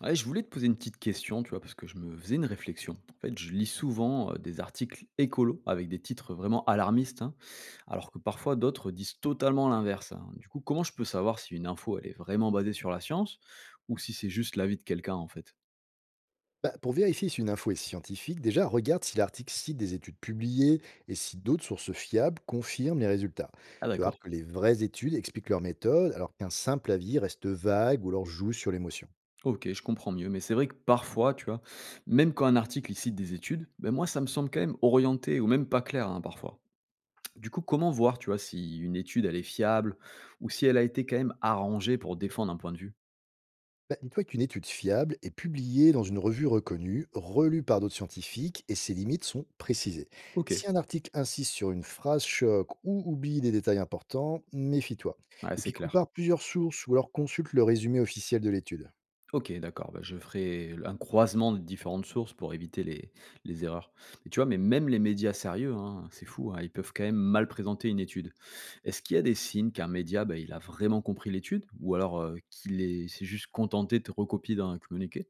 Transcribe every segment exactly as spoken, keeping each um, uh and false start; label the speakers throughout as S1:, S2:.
S1: Ouais, je voulais te poser une petite question, tu vois, parce que je me faisais une réflexion. En fait, je lis souvent euh, des articles écolos avec des titres vraiment alarmistes, hein, alors que parfois d'autres disent totalement l'inverse, hein. Du coup, comment je peux savoir si une info, elle est vraiment basée sur la science ou si c'est juste l'avis de quelqu'un, en fait?
S2: Bah, pour vérifier si une info est scientifique, déjà regarde si l'article cite des études publiées et si d'autres sources fiables confirment les résultats.
S1: Ah
S2: Tu vois
S1: d'accord.
S2: que les vraies études expliquent leur méthode alors qu'un simple avis reste vague ou alors joue sur l'émotion.
S1: Ok, je comprends mieux, mais c'est vrai que parfois, tu vois, même quand un article il cite des études, ben moi ça me semble quand même orienté ou même pas clair hein, parfois. Du coup, comment voir, tu vois, si une étude elle est fiable ou si elle a été quand même arrangée pour défendre un point de vue?
S2: Bah, dis-toi qu'une étude fiable est publiée dans une revue reconnue, relue par d'autres scientifiques et ses limites sont précisées.
S1: Ok.
S2: Si un article insiste sur une phrase choc ou oublie des détails importants, méfie-toi.
S1: Ouais,
S2: Et
S1: c'est
S2: puis
S1: clair.
S2: compare plusieurs sources ou alors consulte le résumé officiel de l'étude.
S1: OK, d'accord, bah, je ferai un croisement de différentes sources pour éviter les les erreurs. Et tu vois, mais même les médias sérieux, hein, c'est fou, hein, ils peuvent quand même mal présenter une étude. Est-ce qu'il y a des signes qu'un média, bah, il a vraiment compris l'étude ou alors, heu, qu'il est s'est juste contenté de recopier d'un communiqué?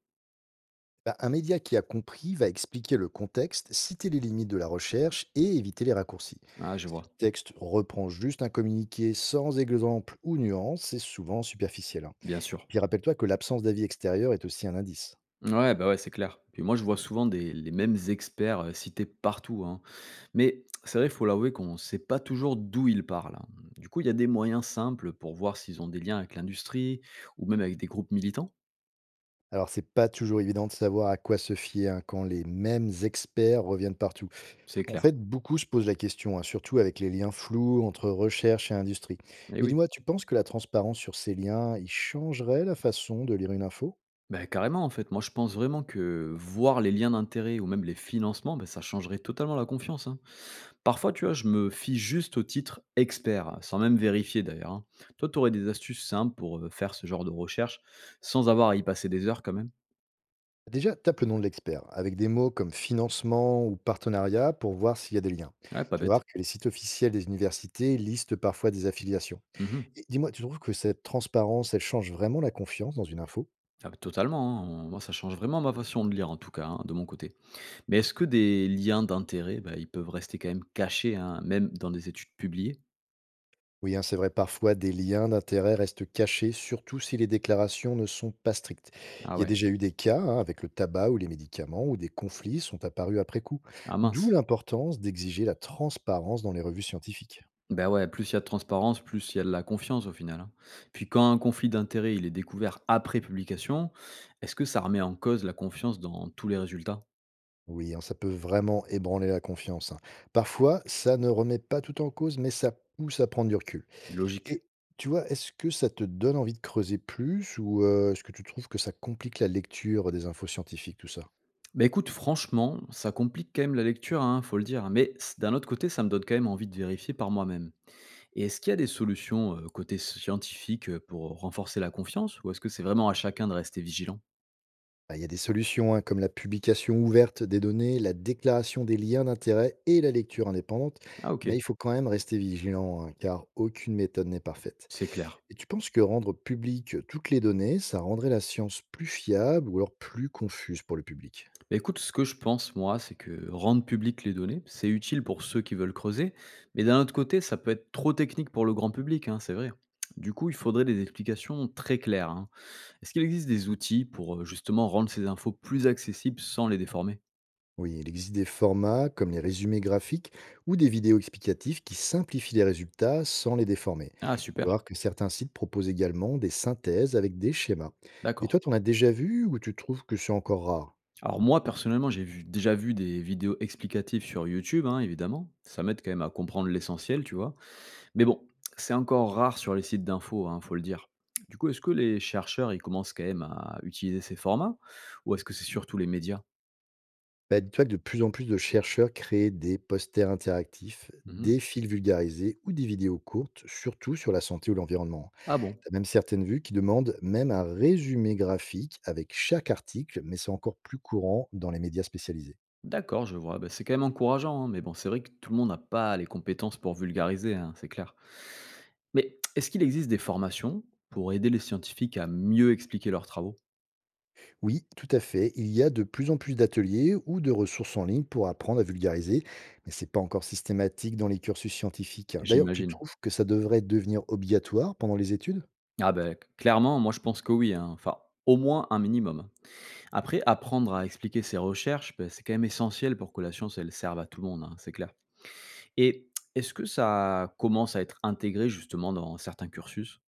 S2: Bah, un média qui a compris va expliquer le contexte, citer les limites de la recherche et éviter les raccourcis.
S1: Ah, je
S2: Si le
S1: vois,
S2: texte reprend juste un communiqué sans exemple ou nuance, c'est souvent superficiel, hein.
S1: bien sûr.
S2: Puis rappelle-toi que l'absence d'avis extérieur est aussi un indice.
S1: Ouais, bah, ouais, c'est clair. Puis moi, je vois souvent des les mêmes experts, heu, cités partout, hein. Mais c'est vrai, il faut l'avouer qu'on ne sait pas toujours d'où ils parlent, hein. Du coup, il y a des moyens simples pour voir s'ils ont des liens avec l'industrie ou même avec des groupes militants?
S2: Alors c'est pas toujours évident de savoir à quoi se fier, hein, quand les mêmes experts reviennent partout.
S1: C'est
S2: En
S1: clair.
S2: fait, beaucoup se posent la question, hein, surtout avec les liens flous entre recherche et industrie.
S1: Eh
S2: Mais
S1: oui.
S2: dis-moi, tu penses que la transparence sur ces liens, il changerait la façon de lire une info?
S1: Bah, carrément, en fait. Moi, je pense vraiment que voir les liens d'intérêt ou même les financements, bah, ça changerait totalement la confiance, hein. Parfois, tu vois, je me fie juste au titre expert, sans même vérifier d'ailleurs, hein. Toi, tu aurais des astuces simples pour euh, faire ce genre de recherche sans avoir à y passer des heures quand même?
S2: Déjà, tape le nom de l'expert avec des mots comme financement ou partenariat pour voir s'il y a des liens.
S1: Ouais, pas
S2: Tu vas
S1: bête.
S2: voir que les sites officiels des universités listent parfois des affiliations.
S1: Mhm.
S2: Et dis-moi, tu trouves que cette transparence, elle change vraiment la confiance dans une info?
S1: Ah, bah, totalement, hein, on moi ça change vraiment ma façon de lire en tout cas, hein, de mon côté. Mais est-ce que des liens d'intérêt, bah, ils peuvent rester quand même cachés, hein, même dans des études publiées?
S2: Oui, hein, c'est vrai, parfois des liens d'intérêt restent cachés, surtout si les déclarations ne sont pas strictes.
S1: Ah
S2: Il y a
S1: ouais,
S2: déjà eu des cas, hein, avec le tabac ou les médicaments où des conflits sont apparus après coup.
S1: ah
S2: D'où
S1: mince.
S2: l'importance d'exiger la transparence dans les revues scientifiques.
S1: Ben ouais, plus il y a de transparence, plus il y a de la confiance au final, hein. Puis quand un conflit d'intérêt, il est découvert après publication, est-ce que ça remet en cause la confiance dans tous les résultats?
S2: Oui, hein, ça peut vraiment ébranler la confiance, hein. Parfois, ça ne remet pas tout en cause, mais ça pousse à prendre du recul.
S1: Logique.
S2: Et tu vois, est-ce que ça te donne envie de creuser plus ou euh, est-ce que tu trouves que ça complique la lecture des infos scientifiques, tout ça?
S1: Bah écoute, franchement, ça complique quand même la lecture, hein, faut le dire, mais c- d'un autre côté, ça me donne quand même envie de vérifier par moi-même. Et est-ce qu'il y a des solutions, heu, côté scientifique, heu, pour renforcer la confiance ou est-ce que c'est vraiment à chacun de rester vigilant?
S2: Bah, il y a des solutions, hein, comme la publication ouverte des données, la déclaration des liens d'intérêt et la lecture indépendante,
S1: Ah
S2: mais
S1: OK,
S2: il faut quand même rester vigilant, hein, car aucune méthode n'est parfaite.
S1: c'est clair.
S2: Et tu penses que rendre publiques toutes les données, ça rendrait la science plus fiable ou alors plus confuse pour le public?
S1: Bah, écoute, ce que je pense moi, c'est que rendre publiques les données, c'est utile pour ceux qui veulent creuser, mais d'un autre côté, ça peut être trop technique pour le grand public, hein, c'est vrai. Du coup, il faudrait des explications très claires, hein. Est-ce qu'il existe des outils pour, heu, justement rendre ces infos plus accessibles sans les déformer?
S2: Oui, il existe des formats comme les résumés graphiques ou des vidéos explicatives qui simplifient les résultats sans les déformer.
S1: Ah
S2: Tu vas
S1: super,
S2: voir que certains sites proposent également des synthèses avec des schémas. Et
S1: d'accord.
S2: toi, t'en as déjà vu ou tu trouves que c'est encore rare?
S1: Alors moi, personnellement, j'ai vu déjà vu des vidéos explicatives sur YouTube, hein, évidemment. Ça m'aide quand même à comprendre l'essentiel, tu vois. Mais bon, c'est encore rare sur les sites d'infos, hein, faut le dire. Du coup, est-ce que les chercheurs, ils commencent quand même à utiliser ces formats? Ou est-ce que c'est surtout les médias?
S2: Bah, dis-toi que de plus en plus de chercheurs créent des posters interactifs,
S1: Mhm.
S2: des fils vulgarisés ou des vidéos courtes, surtout sur la santé ou l'environnement.
S1: Ah bon.
S2: Tu as même certaines vues qui demandent même un résumé graphique avec chaque article, mais c'est encore plus courant dans les médias spécialisés.
S1: D'accord, je vois. Bah, c'est quand même encourageant, hein, mais bon, c'est vrai que tout le monde n'a pas les compétences pour vulgariser, hein, c'est clair. Mais est-ce qu'il existe des formations pour aider les scientifiques à mieux expliquer leurs travaux?
S2: Oui, tout à fait, il y a de plus en plus d'ateliers ou de ressources en ligne pour apprendre à vulgariser, mais c'est pas encore systématique dans les cursus scientifiques, hein. D'ailleurs, tu
S1: J'imagine.
S2: trouves que ça devrait devenir obligatoire pendant les études?
S1: Ah ben clairement, moi je pense que oui, hein, enfin, au moins un minimum. Après, apprendre à expliquer ses recherches, beh, c'est quand même essentiel pour que la science, elle serve à tout le monde, hein, c'est clair. Et est-ce que ça commence à être intégré justement dans certains cursus?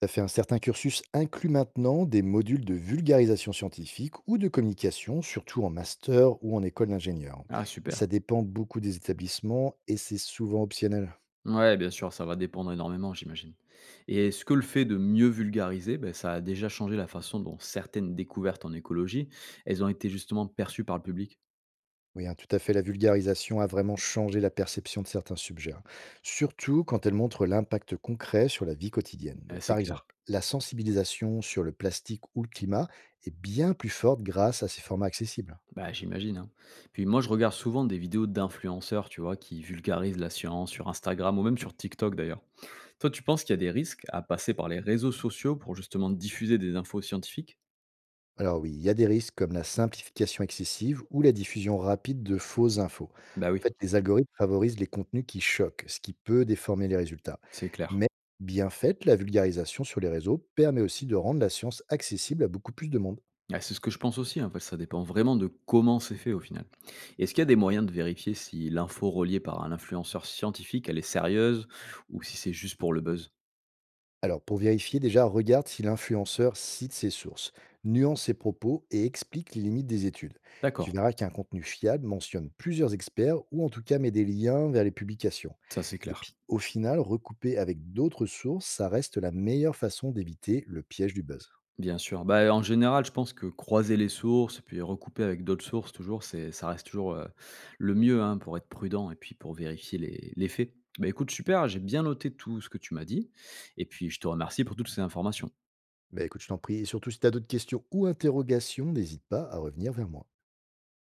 S2: Ça fait un certain cursus inclut maintenant des modules de vulgarisation scientifique ou de communication, surtout en master ou en école d'ingénieur.
S1: Ah
S2: Mais ça
S1: super.
S2: dépend beaucoup des établissements et c'est souvent optionnel.
S1: Ouais, bien sûr, ça va dépendre énormément, j'imagine. Et est-ce que le fait de mieux vulgariser, ben ça a déjà changé la façon dont certaines découvertes en écologie, elles ont été justement perçues par le public?
S2: Oui, hein, tout à fait, la vulgarisation a vraiment changé la perception de certains sujets, hein, surtout quand elle montre l'impact concret sur la vie quotidienne.
S1: Ah, c'est
S2: Par
S1: clair.
S2: exemple, la sensibilisation sur le plastique ou le climat est bien plus forte grâce à ces formats accessibles.
S1: Bah, j'imagine, hein. Puis moi, je regarde souvent des vidéos d'influenceurs, tu vois, qui vulgarisent la science sur Instagram ou même sur TikTok d'ailleurs. Toi, tu penses qu'il y a des risques à passer par les réseaux sociaux pour justement diffuser des infos scientifiques?
S2: Alors oui, il y a des risques comme la simplification excessive ou la diffusion rapide de fausses infos.
S1: Bah
S2: En
S1: oui,
S2: fait, les algorithmes favorisent les contenus qui choquent, ce qui peut déformer les résultats.
S1: c'est clair.
S2: Mais bien faite, la vulgarisation sur les réseaux permet aussi de rendre la science accessible à beaucoup plus de monde.
S1: Ah, c'est ce que je pense aussi, hein, parce que ça dépend vraiment de comment c'est fait au final. Est-ce qu'il y a des moyens de vérifier si l'info reliée par un influenceur scientifique, elle est sérieuse ou si c'est juste pour le buzz?
S2: Alors, pour vérifier, déjà, regarde si l'influenceur cite ses sources, nuance ses propos et explique les limites des études. Tu
S1: D'accord,
S2: verras qu'un contenu fiable mentionne plusieurs experts ou en tout cas met des liens vers les publications.
S1: ça c'est
S2: Et
S1: clair.
S2: puis, au final, recouper avec d'autres sources, ça reste la meilleure façon d'éviter le piège du buzz.
S1: Bien sûr. Bah, en général, je pense que croiser les sources, puis recouper avec d'autres sources, toujours, c'est ça reste toujours, heu, le mieux, hein, pour être prudent et puis pour vérifier les les faits. Bah, écoute, super, j'ai bien noté tout ce que tu m'as dit et puis je te remercie pour toutes ces informations.
S2: Bah écoute, je t'en prie. Et surtout, si tu as d'autres questions ou interrogations, n'hésite pas à revenir vers moi.